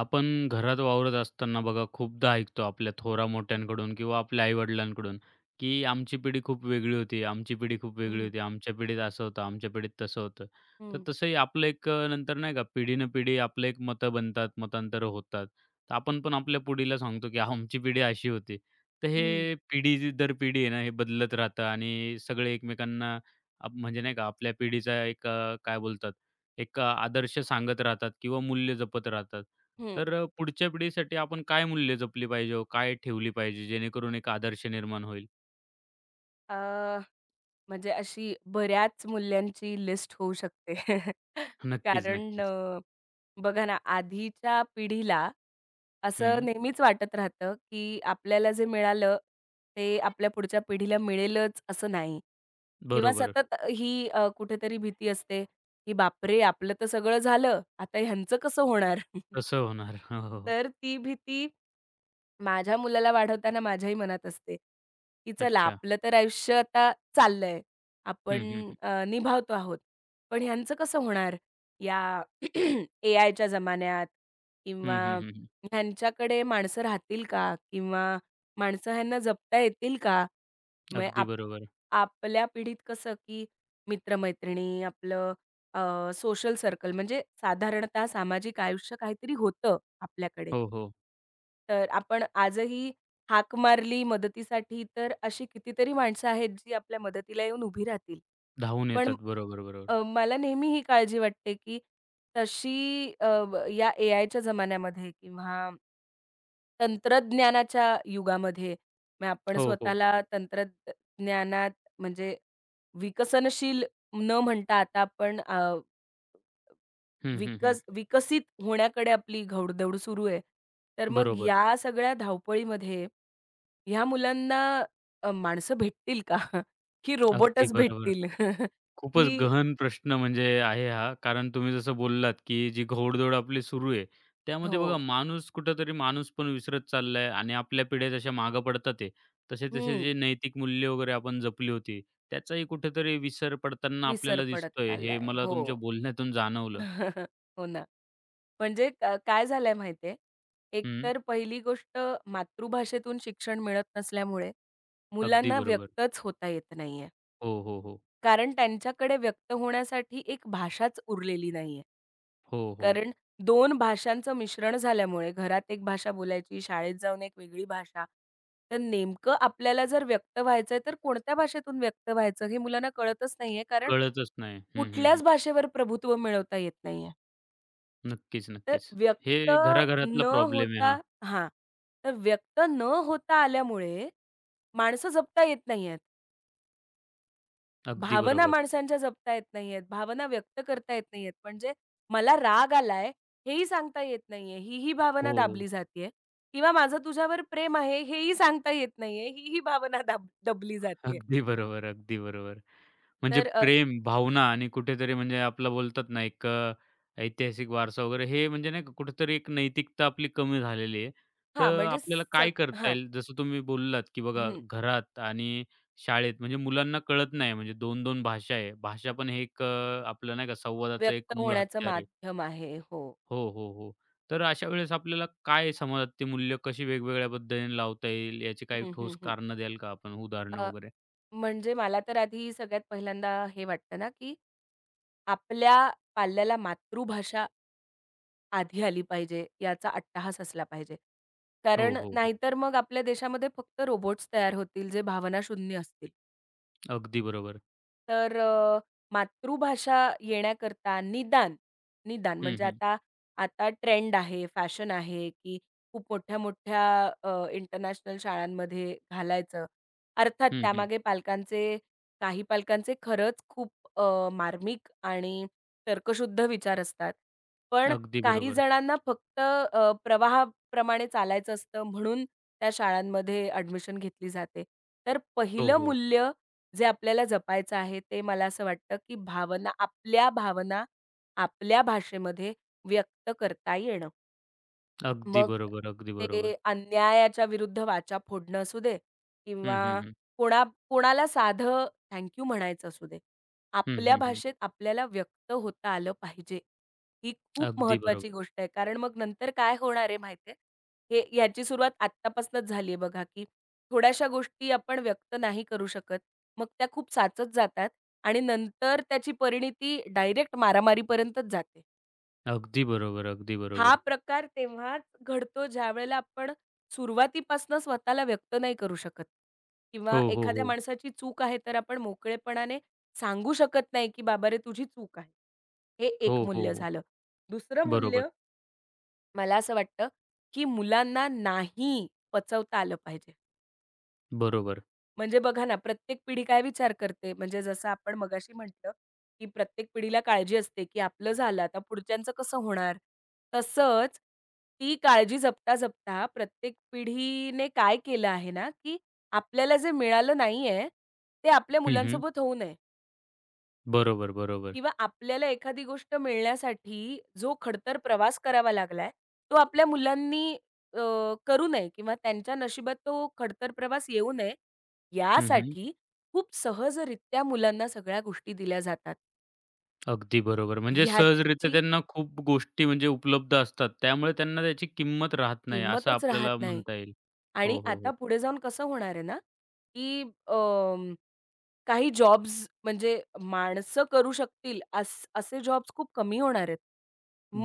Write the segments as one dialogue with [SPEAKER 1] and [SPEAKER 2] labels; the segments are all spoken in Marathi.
[SPEAKER 1] आपण घरात वावरत असताना बघा खूपदा ऐकतो आपल्या
[SPEAKER 2] हं,
[SPEAKER 1] थोरा-मोठ्यांकडून किंवा आपल्या आई-वडिलांकडून, की आमची पिढी खूप वेगळी होती, आमची पिढी खूप वेगळी होती, आमच्या पिढीत असं होतं, आमच्या पिढीत तसं होतं. तर
[SPEAKER 2] हं,
[SPEAKER 1] तसंही आपलं नंतर नाही का पिढीनपिढी आपलं एक मतं बनतात, मतांतरं होतात. तर आपण पण आपल्या पिढीला सांगतो, की आमची पिढी अशी होती. तर
[SPEAKER 2] हं,
[SPEAKER 1] हे पिढी जी दर पिढी आहे ना, हे बदलत राहतं आणि सगळे एकमेकांना म्हणजे नाही का आपल्या पिढीचा काय बोलतात, आदर्श सांगत राहतात किंवा मूल्य जपत राहतात.
[SPEAKER 2] हं.
[SPEAKER 1] तर पुढच्या पिढीसाठी आपण काय मूल्य जपली पाहिजे हो? काय ठेवली पाहिजे जेणेकरून एक आदर्श निर्माण होईल?
[SPEAKER 2] अ, म्हणजे अशी बऱ्याच मूल्यांची लिस्ट होऊ शकते.
[SPEAKER 1] नक्कीच,
[SPEAKER 2] कारण
[SPEAKER 1] नक्कीच.
[SPEAKER 2] बघा ना, आधीच्या पिढीला असं
[SPEAKER 1] हं,
[SPEAKER 2] नेहमीच वाटत राहतं, की आपल्याला जे मिळालं, ते आपल्या पुढच्या पिढीला मिळेलच असं नाही किंवा
[SPEAKER 1] बरोबर.
[SPEAKER 2] सतत ही कुठेतरी भीती असते, की "बापरे! आपलं तर सगळं झालं, आता ह्यांचं कसं होणार?"
[SPEAKER 1] तसं होणार. हो, हो, हो.
[SPEAKER 2] तर ती भीती माझ्या मुलाला वाढवताना माझ्याही मनात असते, की चला
[SPEAKER 1] अच्छा.
[SPEAKER 2] आपलं तर आयुष्य आता चाललंय.
[SPEAKER 1] हं, हं,
[SPEAKER 2] आपण
[SPEAKER 1] हं.
[SPEAKER 2] निभावतो आहोत. पण ह्यांचं कसं होणार? या एआयच्या जमान्यात किंवा
[SPEAKER 1] हं, हं, हं, हं.
[SPEAKER 2] ह्यांच्याकडे माणसं राहतील का? किंवा माणसं ह्यांना जपता येतील का? मग
[SPEAKER 1] अगदी बरोबर.
[SPEAKER 2] आपल्या पिढीत कसं, की मित्र-मैत्रिणी, आपलं सोशल सर्कल म्हणजे साधारणतः सामाजिक आयुष्य काहीतरी होतं आपल्याकडे.
[SPEAKER 1] हो, हो.
[SPEAKER 2] तर आपण आजही हाक मारली मदतीसाठी, तर अशी कितीतरी माणसं आहेत, जी आपल्या मदतीला येऊन उभी राहतील.
[SPEAKER 1] धावून
[SPEAKER 2] पण
[SPEAKER 1] येतात. बरोबर, बरोबर.
[SPEAKER 2] मला नेहमी ही काळजी वाटते, की तशी अ, ब या एआयच्या जमान्यामध्ये किंवा तंत्रज्ञानाच्या युगामध्ये मग आपण
[SPEAKER 1] हो, हो.
[SPEAKER 2] स्वतःला तंत्रज्ञानात म्हणजे विकसनशील न म्हणता आता आपण अ
[SPEAKER 1] हं, हं, हं.
[SPEAKER 2] विकस विकसित होण्याकडे आपली घौडदौड सुरू आहे. तर मग
[SPEAKER 1] बरोबर.
[SPEAKER 2] या सगळ्या धावपळीमध्ये ह्या मुलांना माणसं भेटतील का? की
[SPEAKER 1] अगदी
[SPEAKER 2] रोबोटच
[SPEAKER 1] बरोबर.
[SPEAKER 2] भेटतील?
[SPEAKER 1] खूपच
[SPEAKER 2] की
[SPEAKER 1] गहन प्रश्न म्हणजे आहे हा. कारण तुम्ही जसं बोललात, की जी घोडदौड आपली सुरू आहे, त्यामध्ये
[SPEAKER 2] हो.
[SPEAKER 1] बघा माणूस कुठेतरी माणूस पण विसरत चाललाय आणि आपल्या पिढ्या जशा मागे पडतात आहे, तसे-तसे
[SPEAKER 2] हं.
[SPEAKER 1] जे नैतिक मूल्य वगैरे आपण जपली होती, त्याचाही कुठेतरी विसर पडताना
[SPEAKER 2] विसर
[SPEAKER 1] आपल्याला
[SPEAKER 2] पडत
[SPEAKER 1] दिसतोय. हे
[SPEAKER 2] चाललाय.
[SPEAKER 1] मला
[SPEAKER 2] हो.
[SPEAKER 1] तुमच्या बोलण्यातून जाणवलं.
[SPEAKER 2] हो ना. म्हणजे काय झालंय माहिती
[SPEAKER 1] हं,
[SPEAKER 2] एकतर पहिली गोष्ट मातृभाषेतून शिक्षण मिळत नसल्यामुळे
[SPEAKER 1] अगदी
[SPEAKER 2] मुलांना
[SPEAKER 1] बरोबर.
[SPEAKER 2] व्यक्तच होता येत नाहीये.
[SPEAKER 1] हो, हो, हो.
[SPEAKER 2] कारण त्यांच्याकडे व्यक्त होण्यासाठी एक भाषाच उरलेली नाहीये.
[SPEAKER 1] हो, हो.
[SPEAKER 2] कारण दोन भाषांचं मिश्रण झाल्यामुळे घरात एक भाषा बोलायची, शाळेत जाऊन एक वेगळी भाषा. तर नेमकं आपल्याला जर व्यक्त व्हायचंय, तर कोणत्या भाषेतून व्यक्त व्हायचं हे मुलांना कळतच नाहीये. कारण
[SPEAKER 1] कळतच नाही. हं, हं, हं.
[SPEAKER 2] कुठल्याच भाषेवर प्रभुत्व मिळवता येत नाहीये.
[SPEAKER 1] नक्कीच,
[SPEAKER 2] तर
[SPEAKER 1] नक्कीच. हे
[SPEAKER 2] व्यक्त
[SPEAKER 1] घराघरातला
[SPEAKER 2] न
[SPEAKER 1] प्रॉब्लेम आहे
[SPEAKER 2] होता
[SPEAKER 1] हा.
[SPEAKER 2] हां. तर व्यक्त न होता आल्यामुळे माणसं जगता येत नाहीयेत.
[SPEAKER 1] अगदी
[SPEAKER 2] भावना
[SPEAKER 1] बरोबर.
[SPEAKER 2] माणसांच्या जपता येत नाहीयेत, भावना व्यक्त करता येत नाहीयेत. म्हणजे मला राग आलाय हेही सांगता येत नाहीये, ही भावना
[SPEAKER 1] हो.
[SPEAKER 2] दाबली जातीये किंवा माझं तुझ्यावर प्रेम आहे हेही सांगता येत नाहीये, ही भावना दबली जातीये.
[SPEAKER 1] अगदी बरोबर, अगदी बरोबर. म्हणजे
[SPEAKER 2] तर अ,
[SPEAKER 1] प्रेम, भावना आणि कुठेतरी म्हणजे आपलं बोलतात ना, ऐतिहासिक वारसा वगैरे हे म्हणजे नाही का कुठेतरी एक नैतिकता आपली कमी झालेली आहे.
[SPEAKER 2] हां,
[SPEAKER 1] तर
[SPEAKER 2] म्हणजे
[SPEAKER 1] आपल्याला
[SPEAKER 2] सग
[SPEAKER 1] काय करता
[SPEAKER 2] हां,
[SPEAKER 1] येईल? जसं तुम्ही बोललात, की बघा
[SPEAKER 2] हं.
[SPEAKER 1] घरात आणि शाळेत म्हणजे मुलांना कळत नाही म्हणजे 2-2 भाषा आहे. भाषा पण हे आपलं नाही का संवादाचं
[SPEAKER 2] व्यक्त
[SPEAKER 1] एक मूळ
[SPEAKER 2] होण्याचं
[SPEAKER 1] हत्यार आहे.
[SPEAKER 2] माध्यम आहे. हो.
[SPEAKER 1] हो, हो, हो. तर अशा वेळेस आपल्याला काय समाजात ती मूल्य कशी वेगवेगळ्या पद्धतीने लावता येईल, याची काही
[SPEAKER 2] हं, हं,
[SPEAKER 1] ठोस
[SPEAKER 2] हं.
[SPEAKER 1] कारणं द्याल का आपण उदाहरणं
[SPEAKER 2] अ,
[SPEAKER 1] वगैरे?
[SPEAKER 2] म्हणजे मला तर आधी सगळ्यात पहिल्यांदा हे वाटतं ना, की आपल्या पाल्याला मातृभाषा आधी आली पाहिजे, याचा अट्टाहास असला पाहिजे.
[SPEAKER 1] हो,
[SPEAKER 2] कारण
[SPEAKER 1] हो, हो.
[SPEAKER 2] नाहीतर मग आपल्या देशामध्ये फक्त रोबोट्स तयार होतील, जे भावनाशून्य असतील.
[SPEAKER 1] अगदी बरोबर.
[SPEAKER 2] तर अ, मातृभाषा येण्याकरता निदान
[SPEAKER 1] हं,
[SPEAKER 2] म्हणजे
[SPEAKER 1] हं.
[SPEAKER 2] आता आता ट्रेंड आहे, फॅशन आहे, की खूप मोठ्या-मोठ्या इंटरनॅशनल शाळांमध्ये घालायचं. अर्थात
[SPEAKER 1] हं, हं.
[SPEAKER 2] त्यामागे काही पालकांचे खरंच खूप मार्मिक आणि तर्कशुद्ध विचार असतात. पण
[SPEAKER 1] अगदी
[SPEAKER 2] काही
[SPEAKER 1] बरोबर.
[SPEAKER 2] जणांना फक्त प्रवाहाप्रमाणे चालायचं असतं म्हणून त्या शाळांमध्ये ॲडमिशन घेतली जाते. तर
[SPEAKER 1] हो,
[SPEAKER 2] पहिलं
[SPEAKER 1] हो.
[SPEAKER 2] मूल्य जे आपल्याला जपायचं आहे, ते मला असं वाटतं, की आपल्या भावना आपल्या भाषेमध्ये व्यक्त करता येणं.
[SPEAKER 1] अगदी
[SPEAKER 2] मग
[SPEAKER 1] बरोबर, अगदी
[SPEAKER 2] ते
[SPEAKER 1] बरोबर.
[SPEAKER 2] अन्यायाच्या विरुद्ध वाचा फोडणं असू दे
[SPEAKER 1] हं,
[SPEAKER 2] किंवा
[SPEAKER 1] हं, हं.
[SPEAKER 2] कोणा कोणाला साधं थँक म्हणायचं असू दे.
[SPEAKER 1] हं,
[SPEAKER 2] आपल्या
[SPEAKER 1] हं, हं.
[SPEAKER 2] भाषेत आपल्याला व्यक्त होता आलं पाहिजे. ही खूप
[SPEAKER 1] अगदी
[SPEAKER 2] महत्वाची
[SPEAKER 1] बरोबर.
[SPEAKER 2] गोष्ट आहे. कारण मग नंतर काय होणार आहे माहिती आहे? हे याची सुरुवात आत्तापासूनच झाली आहे बघा, की थोड्याशा गोष्टी आपण व्यक्त नाही करू शकत. मग त्या खूप साचत जातात आणि नंतर त्याची परिणिती डायरेक्ट मारामारीपर्यंतच जाते.
[SPEAKER 1] अगदी बरोबर, अगदी
[SPEAKER 2] हा
[SPEAKER 1] बरोबर.
[SPEAKER 2] प्रकार तेव्हाच घडतो ज्यावेळेला आपण सुरुवातीपासनं स्वतःला व्यक्त नाही करू शकत किंवा
[SPEAKER 1] हो, हो,
[SPEAKER 2] एखाद्या
[SPEAKER 1] हो.
[SPEAKER 2] माणसाची चूक आहे तर आपण मोकळेपणाने सांगू शकत नाही, की "बाबा रे तुझी चूक आहे." हे
[SPEAKER 1] हो,
[SPEAKER 2] एक
[SPEAKER 1] हो,
[SPEAKER 2] मूल्य
[SPEAKER 1] हो.
[SPEAKER 2] झालं. दुसरं
[SPEAKER 1] बरोबर,
[SPEAKER 2] मूल्य मला असं वाटतं, की मुलांना नाही पचवता आलं पाहिजे.
[SPEAKER 1] बरोबर.
[SPEAKER 2] म्हणजे बघा ना, प्रत्येक पिढी काय विचार करते, म्हणजे जसं आपण मगाशी म्हटलं, की प्रत्येक पिढीला काळजी असते, की आपलं झालं, आता पुढच्यांचं कसं होणार? तसंच ती काळजी जपता-जपता प्रत्येक पिढीने काय केलं आहे ना, की आपल्याला जे मिळालं नाहीये, ते आपल्या
[SPEAKER 1] हं, हं.
[SPEAKER 2] मुलांसोबत होऊ नये.
[SPEAKER 1] बरोबर, बरोबर.
[SPEAKER 2] किंवा आपल्याला एखादी गोष्ट मिळण्यासाठी जो खडतर प्रवास करावा लागलाय, तो आपल्या मुलांनी अ, करू नये किंवा त्यांच्या नशिबात तो खडतर प्रवास येऊ नये,
[SPEAKER 1] हं, हं.
[SPEAKER 2] यासाठी खूप सहजरित्या मुलांना सगळ्या गोष्टी दिल्या जातात.
[SPEAKER 1] अगदी बरोबर. म्हणजे सहजरित्या
[SPEAKER 2] ह्याची
[SPEAKER 1] त्यांना खूप गोष्टी म्हणजे उपलब्ध असतात. त्यामुळे त्यांना त्याची किंमत राहत नाही असं
[SPEAKER 2] किंमतच राहत
[SPEAKER 1] आपल्याला
[SPEAKER 2] नाही.
[SPEAKER 1] म्हणता येईल.
[SPEAKER 2] आणि
[SPEAKER 1] हो, हो,
[SPEAKER 2] आता
[SPEAKER 1] हो.
[SPEAKER 2] पुढे जाऊन कसं होणार आहे ना, की काही जॉब्स म्हणजे माणसं करू शकतील असे जॉब्स खूप कमी होणार आहेत.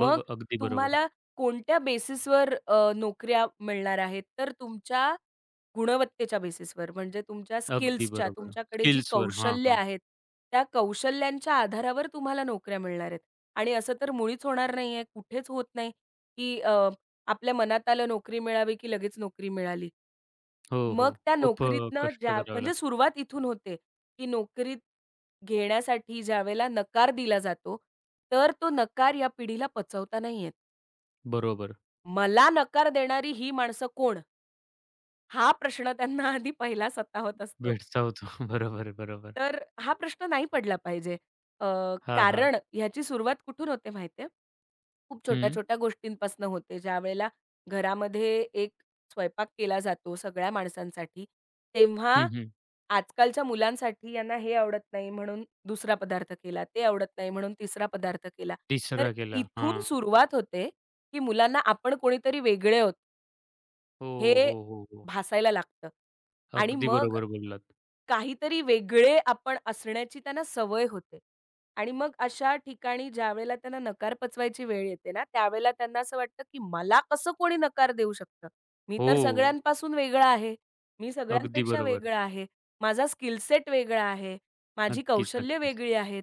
[SPEAKER 1] अगदी बरोबर.
[SPEAKER 2] तुम्हाला कोणत्या बेसिसवर नोकऱ्या मिळणार आहेत? तर तुमच्या गुणवत्तेच्या बेसिसवर म्हणजे तुमच्या
[SPEAKER 1] अगदी
[SPEAKER 2] स्किल्सच्या,
[SPEAKER 1] बरोबर.
[SPEAKER 2] तुमच्याकडे जी
[SPEAKER 1] स्किल्सवर. हां,
[SPEAKER 2] कौशल्य
[SPEAKER 1] हां.
[SPEAKER 2] आहेत, त्या कौशल्यांच्या आधारावर तुम्हाला नोकऱ्या मिळणार आहेत. आणि असं तर मुळीच होणार नाहीये, कुठेच होत नाही, की आपल्या मनात आलं नोकरी मिळावी, की लगेच नोकरी मिळाली.
[SPEAKER 1] हो, हो.
[SPEAKER 2] मग त्या
[SPEAKER 1] खूप अ,
[SPEAKER 2] नोकरीतनं
[SPEAKER 1] कष्ट
[SPEAKER 2] ज्या
[SPEAKER 1] करावे
[SPEAKER 2] म्हणजे
[SPEAKER 1] लागतात.
[SPEAKER 2] सुरुवात इथून होते. की नोकरीत घेण्यासाठी ज्यावेळेला नकार दिला जातो, तर तो नकार या पिढीला पचवता नाही येत.
[SPEAKER 1] बरोबर.
[SPEAKER 2] मला नकार देणारी ही माणसं कोण? हा प्रश्न त्यांना आधी पहिला सतावत असतो.
[SPEAKER 1] भेडसावतो. बरोबर आहे, बरोबर.
[SPEAKER 2] तर हा प्रश्न नाही पडला पाहिजे. अ,
[SPEAKER 1] हां, हां.
[SPEAKER 2] कारण ह्याची सुरुवात कुठून होते माहिती आहे? खूप
[SPEAKER 1] हं.
[SPEAKER 2] छोट्या-छोट्या गोष्टींपासून होते. ज्यावेळेला घरामध्ये एक स्वयंपाक केला जातो सगळ्या माणसांसाठी,
[SPEAKER 1] हं,
[SPEAKER 2] तेव्हा
[SPEAKER 1] हं.
[SPEAKER 2] आजकालच्या मुलांसाठी यांना हे आवडत नाही म्हणून दुसरा पदार्थ केला, ते आवडत नाही म्हणून तिसरा पदार्थ केला. तर
[SPEAKER 1] तिसरा गेला.
[SPEAKER 2] इथून
[SPEAKER 1] हां.
[SPEAKER 2] सुरुवात होते, की मुलांना आपण कोणीतरी वेगळे आहोत
[SPEAKER 1] हो,
[SPEAKER 2] हे
[SPEAKER 1] हो, हो, हो.
[SPEAKER 2] भासायला लागतं आणि
[SPEAKER 1] अगदी
[SPEAKER 2] मग
[SPEAKER 1] बरोबर बोललात.
[SPEAKER 2] काहीतरी वेगळे आपण असण्याची त्यांना सवय होते आणि मग अशा ठिकाणी ज्यावेळेला त्यांना नकार पचवायची वेळ येते ना, त्यावेळेला त्यांना असं वाटतं, की मला कसं कोणी नकार देऊ शकतं? मी तर
[SPEAKER 1] हो,
[SPEAKER 2] सगळ्यांपासून वेगळा आहे. मी
[SPEAKER 1] अगदी
[SPEAKER 2] सगळ्यांपेक्षा
[SPEAKER 1] बरोबर.
[SPEAKER 2] वेगळा आहे. माझा स्किल सेट वेगळा आहे. माझी
[SPEAKER 1] नक्कीच,
[SPEAKER 2] कौशल्य
[SPEAKER 1] नक्कीच.
[SPEAKER 2] वेगळी आहेत.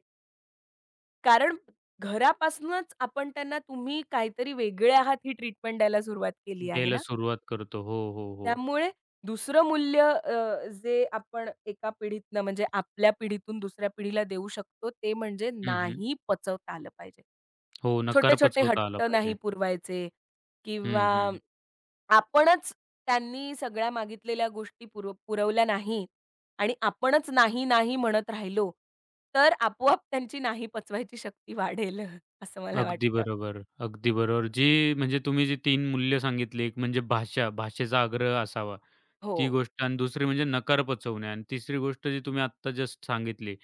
[SPEAKER 2] कारण घरापासूनच आपण त्यांना तुम्ही काहीतरी वेगळे आहात ही ट्रीटमेंट द्यायला सुरुवात केली आहे
[SPEAKER 1] द्यायला
[SPEAKER 2] ना.
[SPEAKER 1] सुरुवात करतो. हो, हो, हो.
[SPEAKER 2] त्यामुळे दुसरं मूल्य जे आपण एका पिढीतनं म्हणजे आपल्या पिढीतून दुसऱ्या पिढीला देऊ शकतो ते म्हणजे
[SPEAKER 1] हं, हं.
[SPEAKER 2] नाही पचवता आलं पाहिजे.
[SPEAKER 1] हो, नकार
[SPEAKER 2] छोटे-छोटे
[SPEAKER 1] पचवता आला
[SPEAKER 2] हट्ट नाही
[SPEAKER 1] पाहिजे.
[SPEAKER 2] पुरवायचे किंवा
[SPEAKER 1] हं, हं, हं.
[SPEAKER 2] आपणच त्यांनी सगळ्या मागितलेल्या गोष्टी पुरवल्या नाही आणि आपणच नाही, नाही म्हणत राहिलो, तर आपोआप त्यांची नाही पचवायची शक्ती वाढेल असं मला
[SPEAKER 1] अगदी
[SPEAKER 2] वाटतं.
[SPEAKER 1] बरोबर, अगदी बरोबर. जी म्हणजे तुम्ही जी 3 मूल्य सांगितली, एक म्हणजे भाषा, भाषेचा आग्रह असावा.
[SPEAKER 2] हो,
[SPEAKER 1] ती गोष्ट आणि दुसरी म्हणजे नकार पचवणे आणि तिसरी गोष्ट जी तुम्ही आत्ता जस्ट सांगितली.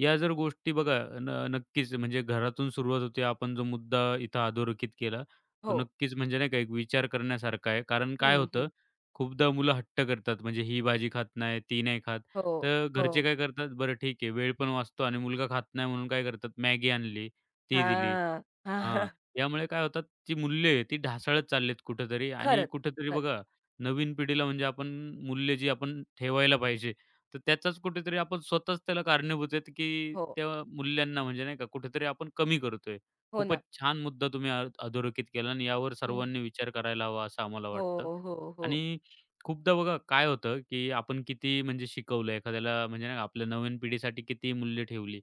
[SPEAKER 1] या जर गोष्टी बघा न नक्कीच म्हणजे घरातून सुरुवात होते. आपण जो मुद्दा इथं अधोरेखित केला, तो
[SPEAKER 2] हो.
[SPEAKER 1] नक्कीच म्हणजे नाही का एक विचार करण्यासारखा आहे. कारण काय
[SPEAKER 2] हं, हं.
[SPEAKER 1] होतं, खूपदा मुलं हट्ट करतात म्हणजे ही भाजी खात नाही, ती नाही खात.
[SPEAKER 2] हो,
[SPEAKER 1] तर घरचे
[SPEAKER 2] हो.
[SPEAKER 1] काय करतात, बरं ठीक आहे, वेळ पण वाचतो आणि मुलगा खात नाही म्हणून काय करतात, मॅगी आणली, ती दिली.
[SPEAKER 2] हां.
[SPEAKER 1] हां, यामुळे काय होतात ती मूल्य आहे ती ढासळत चाललीत कुठेतरी आणि
[SPEAKER 2] खरंच,
[SPEAKER 1] कुठेतरी
[SPEAKER 2] खरंच.
[SPEAKER 1] बघा नवीन पिढीला म्हणजे आपण मूल्य जी आपण ठेवायला पाहिजे, तर त्याचाच कुठेतरी आपण स्वतःच त्याला कारणीभूत आहेत, की
[SPEAKER 2] हो,
[SPEAKER 1] त्या मूल्यांना म्हणजे नाही का कुठेतरी आपण कमी करतोय.
[SPEAKER 2] हो
[SPEAKER 1] खूपच
[SPEAKER 2] ना.
[SPEAKER 1] छान मुद्दा तुम्ही अधोरेखित केला आणि यावर
[SPEAKER 2] हं.
[SPEAKER 1] सर्वांनी विचार करायला हवा असं आम्हाला
[SPEAKER 2] हो,
[SPEAKER 1] वाटतं.
[SPEAKER 2] हो, हो.
[SPEAKER 1] आणि खूपदा बघा काय होतं, की आपण किती म्हणजे शिकवलं एखाद्याला म्हणजे नाही का आपल्या नवीन पिढीसाठी किती मूल्य ठेवली.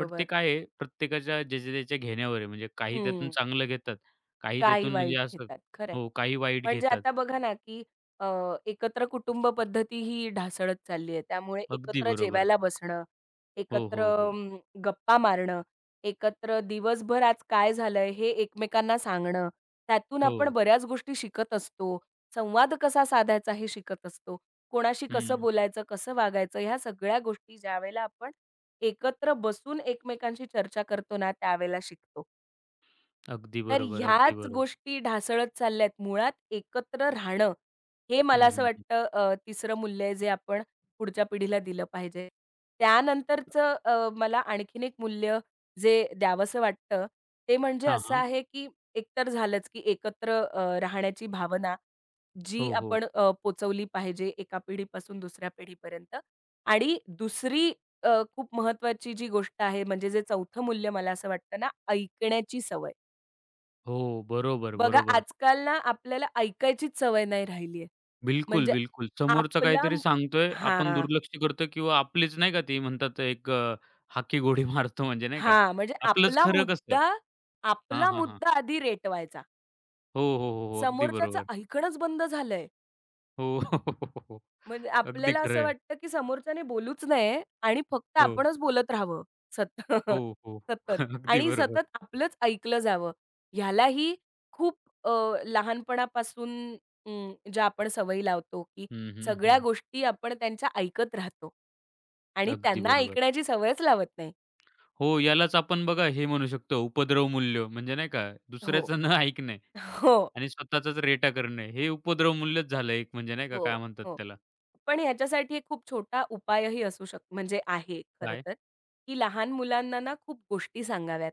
[SPEAKER 1] बट ते काय आहे, प्रत्येकाच्या ज्याच्या त्याच्या घेण्यावर आहे. म्हणजे काही त्यातून
[SPEAKER 2] हं.
[SPEAKER 1] चांगलं घेतात, काही
[SPEAKER 2] काही
[SPEAKER 1] त्यातून म्हणजे
[SPEAKER 2] वाईट
[SPEAKER 1] असं
[SPEAKER 2] घेतात. खरं आहे.
[SPEAKER 1] हो, काही वाईट
[SPEAKER 2] म्हणजे
[SPEAKER 1] घेतात.
[SPEAKER 2] आता बघा ना, की अ, एकत्र कुटुंब पद्धती ही ढासळत चालली आहे. त्यामुळे
[SPEAKER 1] अगदी
[SPEAKER 2] एकत्र
[SPEAKER 1] बरोबर.
[SPEAKER 2] जेवायला बसणं,
[SPEAKER 1] हो,
[SPEAKER 2] एकत्र
[SPEAKER 1] हो, हो.
[SPEAKER 2] गप्पा मारणं, एकत्र दिवसभर आज काय झालंय हे एकमेकांना सांगणं. त्यातून
[SPEAKER 1] हो.
[SPEAKER 2] आपण बऱ्याच गोष्टी शिकत असतो. संवाद कसा साधायचा हे शिकत असतो. कोणाशी कसं
[SPEAKER 1] हं.
[SPEAKER 2] बोलायचं, कसं वागायचं ह्या सगळ्या गोष्टी ज्यावेळेला आपण एकत्र बसून एकमेकांशी चर्चा करतो ना, त्यावेळेला शिकतो.
[SPEAKER 1] अगदी
[SPEAKER 2] तर
[SPEAKER 1] बरोबर, अगदी
[SPEAKER 2] ह्याच
[SPEAKER 1] बरोबर.
[SPEAKER 2] गोष्टी ढासळत चालल्यात. मुळात एकत्र राहणं, हे
[SPEAKER 1] हं,
[SPEAKER 2] मला असं
[SPEAKER 1] हं, हं.
[SPEAKER 2] वाटतं तिसरं मूल्य आहे जे आपण पुढच्या पिढीला दिलं पाहिजे. त्यानंतरचं मला आणखीन एक मूल्य जे द्यावंसं वाटतं, ते म्हणजे
[SPEAKER 1] हां,
[SPEAKER 2] असं
[SPEAKER 1] हां.
[SPEAKER 2] आहे की एकतर झालंच की एकत्र राहण्याची भावना जी
[SPEAKER 1] हो, हो.
[SPEAKER 2] आपण पोहचवली पाहिजे एका पिढीपासून दुसऱ्या पिढीपर्यंत. आणि दुसरी अ, खूप महत्त्वाची जी गोष्ट आहे म्हणजे जे चौथं मूल्य मला असं वाटतं ना, ऐकण्याची सवय.
[SPEAKER 1] हो. बरोबर,
[SPEAKER 2] बघा,
[SPEAKER 1] बरोबर.
[SPEAKER 2] आजकाल ना आपल्याला ऐकायचीच सवय नाही राहिली आहे.
[SPEAKER 1] बिलकुल,
[SPEAKER 2] म्हणजे
[SPEAKER 1] बिलकुल. समोरचा
[SPEAKER 2] आपला
[SPEAKER 1] काहीतरी सांगतोय, आपण
[SPEAKER 2] हां,
[SPEAKER 1] दुर्लक्ष करतो किंवा आपलीच नाही का ती म्हणतात हाकी गोडी मारतो म्हणजे नाही का?
[SPEAKER 2] हां. म्हणजे
[SPEAKER 1] आपलंच खरं कसं? हां,
[SPEAKER 2] आपला
[SPEAKER 1] हां, हां.
[SPEAKER 2] मुद्दा आधी रेटवायचा.
[SPEAKER 1] हो, हो, हो, हो. अगदी
[SPEAKER 2] समोरच्याचं
[SPEAKER 1] बरोबर.
[SPEAKER 2] ऐकणंच बंद झालंय.
[SPEAKER 1] हो. हो हो, हो, हो.
[SPEAKER 2] म्हणजे
[SPEAKER 1] अगदी
[SPEAKER 2] आपल्याला असं
[SPEAKER 1] खरं
[SPEAKER 2] वाटतं, की समोरच्याने बोलूच नये आणि फक्त
[SPEAKER 1] हो.
[SPEAKER 2] आपणच बोलत राहावं सतत
[SPEAKER 1] हो, हो.
[SPEAKER 2] सतत
[SPEAKER 1] अगदी
[SPEAKER 2] आणि
[SPEAKER 1] बरोबर.
[SPEAKER 2] सतत आपलंच ऐकलं जावं. ह्यालाही खूप अ, लहानपणापासून ज्या आपण सवयी लावतो, की
[SPEAKER 1] हं, हं,
[SPEAKER 2] सगळ्या
[SPEAKER 1] हं.
[SPEAKER 2] गोष्टी आपण त्यांच्या ऐकत राहतो आणि
[SPEAKER 1] अगदी
[SPEAKER 2] त्यांना
[SPEAKER 1] बरोबर.
[SPEAKER 2] ऐकण्याची सवयच लावत नाही.
[SPEAKER 1] हो, यालाच आपण बघा हे म्हणू शकतो उपद्रव मूल्य म्हणजे नाही का
[SPEAKER 2] हो.
[SPEAKER 1] दुसऱ्याचं न ऐकणे
[SPEAKER 2] हो,
[SPEAKER 1] आणि स्वतःचाच रेटा करणे हे उपद्रव मूल्यच झालं एक म्हणजे नाही का
[SPEAKER 2] हो,
[SPEAKER 1] काय म्हणतात
[SPEAKER 2] हो.
[SPEAKER 1] त्याला
[SPEAKER 2] पण ह्याच्यासाठी एक खूप छोटा उपायही असू शक म्हणजे आहे खरं
[SPEAKER 1] काय?
[SPEAKER 2] तर, की लहान मुलांना ना खूप गोष्टी सांगाव्यात.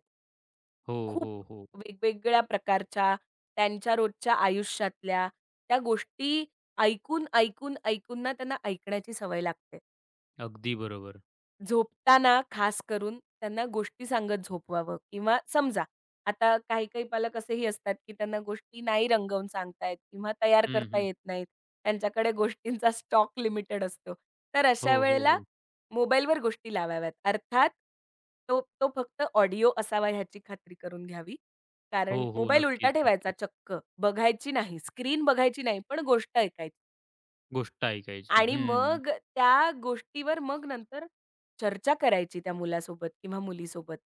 [SPEAKER 1] हो,
[SPEAKER 2] खूप
[SPEAKER 1] हो, हो.
[SPEAKER 2] वेगवेगळ्या प्रकारच्या, त्यांच्या रोजच्या आयुष्यातल्या त्या गोष्टी ऐकून, ऐकून, ऐकून ना त्यांना ऐकण्याची सवय लागते.
[SPEAKER 1] अगदी बरोबर.
[SPEAKER 2] झोपताना खास करून त्यांना गोष्टी सांगत झोपवावं किंवा समजा आता काही-काही पालक असेही असतात, की त्यांना गोष्टी नाही रंगवून सांगतायत, येत किंवा तयार
[SPEAKER 1] हं,
[SPEAKER 2] करता
[SPEAKER 1] हं.
[SPEAKER 2] येत नाहीत. त्यांच्याकडे गोष्टींचा स्टॉक लिमिटेड असतो. तर अशा
[SPEAKER 1] हो, हो,
[SPEAKER 2] वेळेला
[SPEAKER 1] हो.
[SPEAKER 2] मोबाईलवर गोष्टी लावाव्यात. अर्थात तो तो फक्त ऑडिओ असावा ह्याची खात्री करून घ्यावी.
[SPEAKER 1] हो,
[SPEAKER 2] कारण
[SPEAKER 1] हो.
[SPEAKER 2] मोबाईल उलटा
[SPEAKER 1] नक्कीच,
[SPEAKER 2] ठेवायचा
[SPEAKER 1] नक्कीच.
[SPEAKER 2] चक्क. बघायची नाही, स्क्रीन बघायची नाही, पण गोष्ट ऐकायची.
[SPEAKER 1] गोष्ट ऐकायची.
[SPEAKER 2] आणि
[SPEAKER 1] हं.
[SPEAKER 2] मग त्या गोष्टीवर मग नंतर चर्चा करायची त्या मुलासोबत किंवा मुलीसोबत,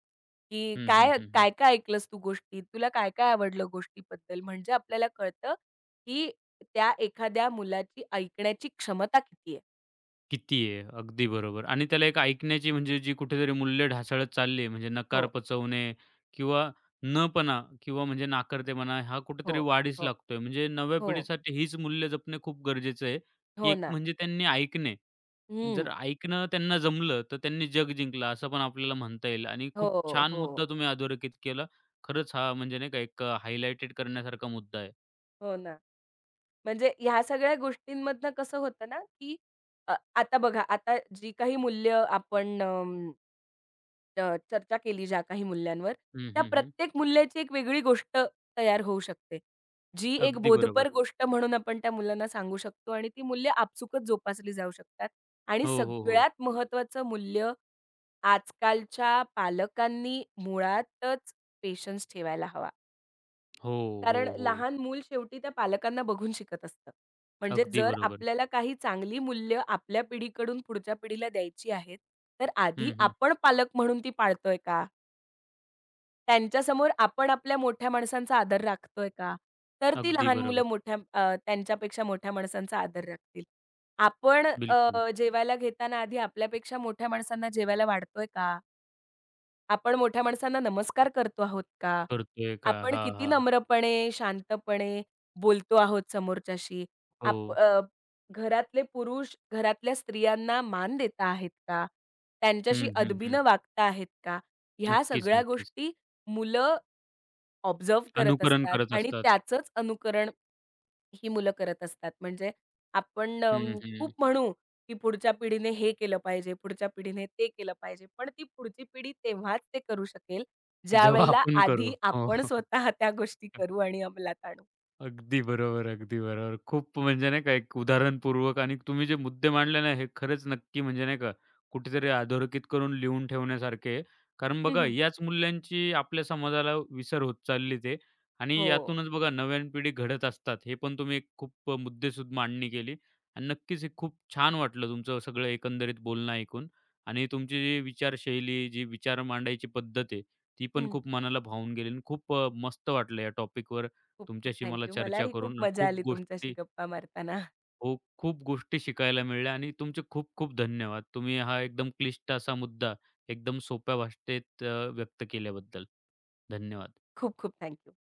[SPEAKER 2] की
[SPEAKER 1] हं, हं, हं, हं.
[SPEAKER 2] काय-काय ऐकलंस तू गोष्टीत? तुला काय-काय आवडलं गोष्टीबद्दल?" म्हणजे आपल्याला कळतं, की त्या एखाद्या मुलाची ऐकण्याची क्षमता किती आहे.
[SPEAKER 1] किती आहे? अगदी बरोबर आणि त्याला एक ऐकण्याची म्हणजे जी कुठेतरी मूल्य ढासळत चालली आहे, म्हणजे
[SPEAKER 2] हो,
[SPEAKER 1] नकार पचवणे किंवा नपणा किंवा म्हणजे नाकारतेपणा हा
[SPEAKER 2] हो,
[SPEAKER 1] कुठेतरी वाढीस
[SPEAKER 2] हो,
[SPEAKER 1] लागतोय. म्हणजे नव्या
[SPEAKER 2] हो,
[SPEAKER 1] पिढीसाठी हीच मूल्य जपणे खूप गरजेचं आहे,
[SPEAKER 2] हो
[SPEAKER 1] एक
[SPEAKER 2] ना.
[SPEAKER 1] म्हणजे त्यांनी ऐकणे.
[SPEAKER 2] हं.
[SPEAKER 1] जर ऐकणं त्यांना जमलं, तर त्यांनी जग जिंकलं असं पण आपल्याला म्हणता येईल आणि
[SPEAKER 2] हो,
[SPEAKER 1] खूप छान
[SPEAKER 2] हो,
[SPEAKER 1] मुद्दा तुम्ही अधोरेखित केला. खरंच हा म्हणजे नाही का हायलाइटेड करण्यासारखा मुद्दा आहे.
[SPEAKER 2] हो ना. म्हणजे ह्या सगळ्या गोष्टींमधनं कसं होतं ना, की आता बघा, आता जी काही मूल्य आपण चर्चा केली ज्या काही मूल्यांवर,
[SPEAKER 1] हं,
[SPEAKER 2] त्या
[SPEAKER 1] हं, हं.
[SPEAKER 2] प्रत्येक मूल्याची एक वेगळी गोष्ट तयार होऊ शकते. जी एक
[SPEAKER 1] अगदी
[SPEAKER 2] बोधपर
[SPEAKER 1] बरोबर.
[SPEAKER 2] गोष्ट म्हणून आपण त्या मुलांना सांगू शकतो आणि ती मूल्य आपसुकच जोपासली जाऊ शकतात. आणि
[SPEAKER 1] हो, हो, हो.
[SPEAKER 2] सगळ्यात महत्त्वाचं मूल्य आजकालच्या पालकांनी मुळातच पेशन्स ठेवायला हवा.
[SPEAKER 1] हो, हो,
[SPEAKER 2] कारण
[SPEAKER 1] हो.
[SPEAKER 2] लहान मूल शेवटी त्या पालकांना बघून शिकत असतं. म्हणजे
[SPEAKER 1] अगदी
[SPEAKER 2] जर
[SPEAKER 1] बरोबर.
[SPEAKER 2] आपल्याला काही चांगली मूल्य आपल्या पिढीकडून पुढच्या पिढीला द्यायची आहेत, तर आधी
[SPEAKER 1] हं, हं.
[SPEAKER 2] आपण पालक म्हणून ती पाळतोय का? त्यांच्यासमोर आपण आपल्या मोठ्या माणसांचा आदर राखतोय का? तर ती
[SPEAKER 1] अगदी
[SPEAKER 2] लहान मुलं
[SPEAKER 1] बरोबर.
[SPEAKER 2] त्यांच्यापेक्षा मोठ्या माणसांचा आदर राखतील. आपण
[SPEAKER 1] बिलकुल.
[SPEAKER 2] जेवायला घेताना आधी आपल्यापेक्षा मोठ्या माणसांना जेवायला वाढतोय का? आपण मोठ्या माणसांना नमस्कार करतो आहोत का?
[SPEAKER 1] करतोय का?
[SPEAKER 2] आपण
[SPEAKER 1] हा,
[SPEAKER 2] किती
[SPEAKER 1] हां.
[SPEAKER 2] नम्रपणे, शांतपणे बोलतो आहोत समोरच्याशी?
[SPEAKER 1] हो.
[SPEAKER 2] आप अ, घरातले पुरुष घरातल्या स्त्रियांना मान देता आहेत का? त्यांच्याशी
[SPEAKER 1] हं, हं, हं.
[SPEAKER 2] अदबीनं वागता आहेत का? ह्या
[SPEAKER 1] नक्कीच,
[SPEAKER 2] सगळ्या
[SPEAKER 1] नक्कीच.
[SPEAKER 2] गोष्टी मुलं ऑब्झर्व्ह करत
[SPEAKER 1] अनुकरण
[SPEAKER 2] असतात
[SPEAKER 1] करत
[SPEAKER 2] आणि
[SPEAKER 1] असतात.
[SPEAKER 2] त्याचंच अनुकरण ही मुलं करत असतात. म्हणजे आपण
[SPEAKER 1] हं, हं.
[SPEAKER 2] खूप म्हणू, की पुढच्या पिढीने हे केलं पाहिजे, पुढच्या पिढीने ते केलं पाहिजे. पण ती पुढची पिढी तेव्हाच ते करू शकेल,
[SPEAKER 1] जेव्हा
[SPEAKER 2] ज्यावेळेला
[SPEAKER 1] आपण करू.
[SPEAKER 2] आधी
[SPEAKER 1] हो.
[SPEAKER 2] आपण स्वतः त्या गोष्टी करू आणि अंमलात आणू.
[SPEAKER 1] अगदी बरोबर, अगदी बरोबर. खूप म्हणजे नाही का एक उदाहरणपूर्वक आणि तुम्ही जे मुद्दे मांडले ना, हे खरंच नक्की म्हणजे नाही का कुठेतरी अधोरेखित करून लिहून ठेवण्यासारखे आहे. कारण बघा
[SPEAKER 2] हं,
[SPEAKER 1] याच मूल्यांची आपल्या समाजाला विसर होत चालली ते आणि
[SPEAKER 2] हो.
[SPEAKER 1] यातूनच बघा नव्यान पिढी घडत असतात. हे पण तुम्ही एक खूप मुद्देसूद मांडणी केली आणि नक्कीच हे खूप छान वाटलं तुमचं सगळं एकंदरीत बोलणं ऐकून आणि तुमची जी विचारशैली, जी विचार मांडायची पद्धत आहे, ती पण
[SPEAKER 2] हं.
[SPEAKER 1] खूप मनाला भावून गेली आणि खूप मस्त वाटलं या टॉपिकवर
[SPEAKER 2] खूप खूप
[SPEAKER 1] तुमच्याशी मला
[SPEAKER 2] थँक
[SPEAKER 1] चर्चा
[SPEAKER 2] मलाही खूप
[SPEAKER 1] करून
[SPEAKER 2] मजा
[SPEAKER 1] खूप
[SPEAKER 2] आली तुमच्याशी
[SPEAKER 1] गोष्टी
[SPEAKER 2] गप्पा मारताना.
[SPEAKER 1] हो, खूप गोष्टी शिकायला मिळाल्या आणि तुमचे खूप खूप धन्यवाद. तुम्ही हा एकदम क्लिष्ट असा मुद्दा एकदम सोप्या भाषेत व्यक्त केल्याबद्दल. धन्यवाद.
[SPEAKER 2] खूप खूप थँक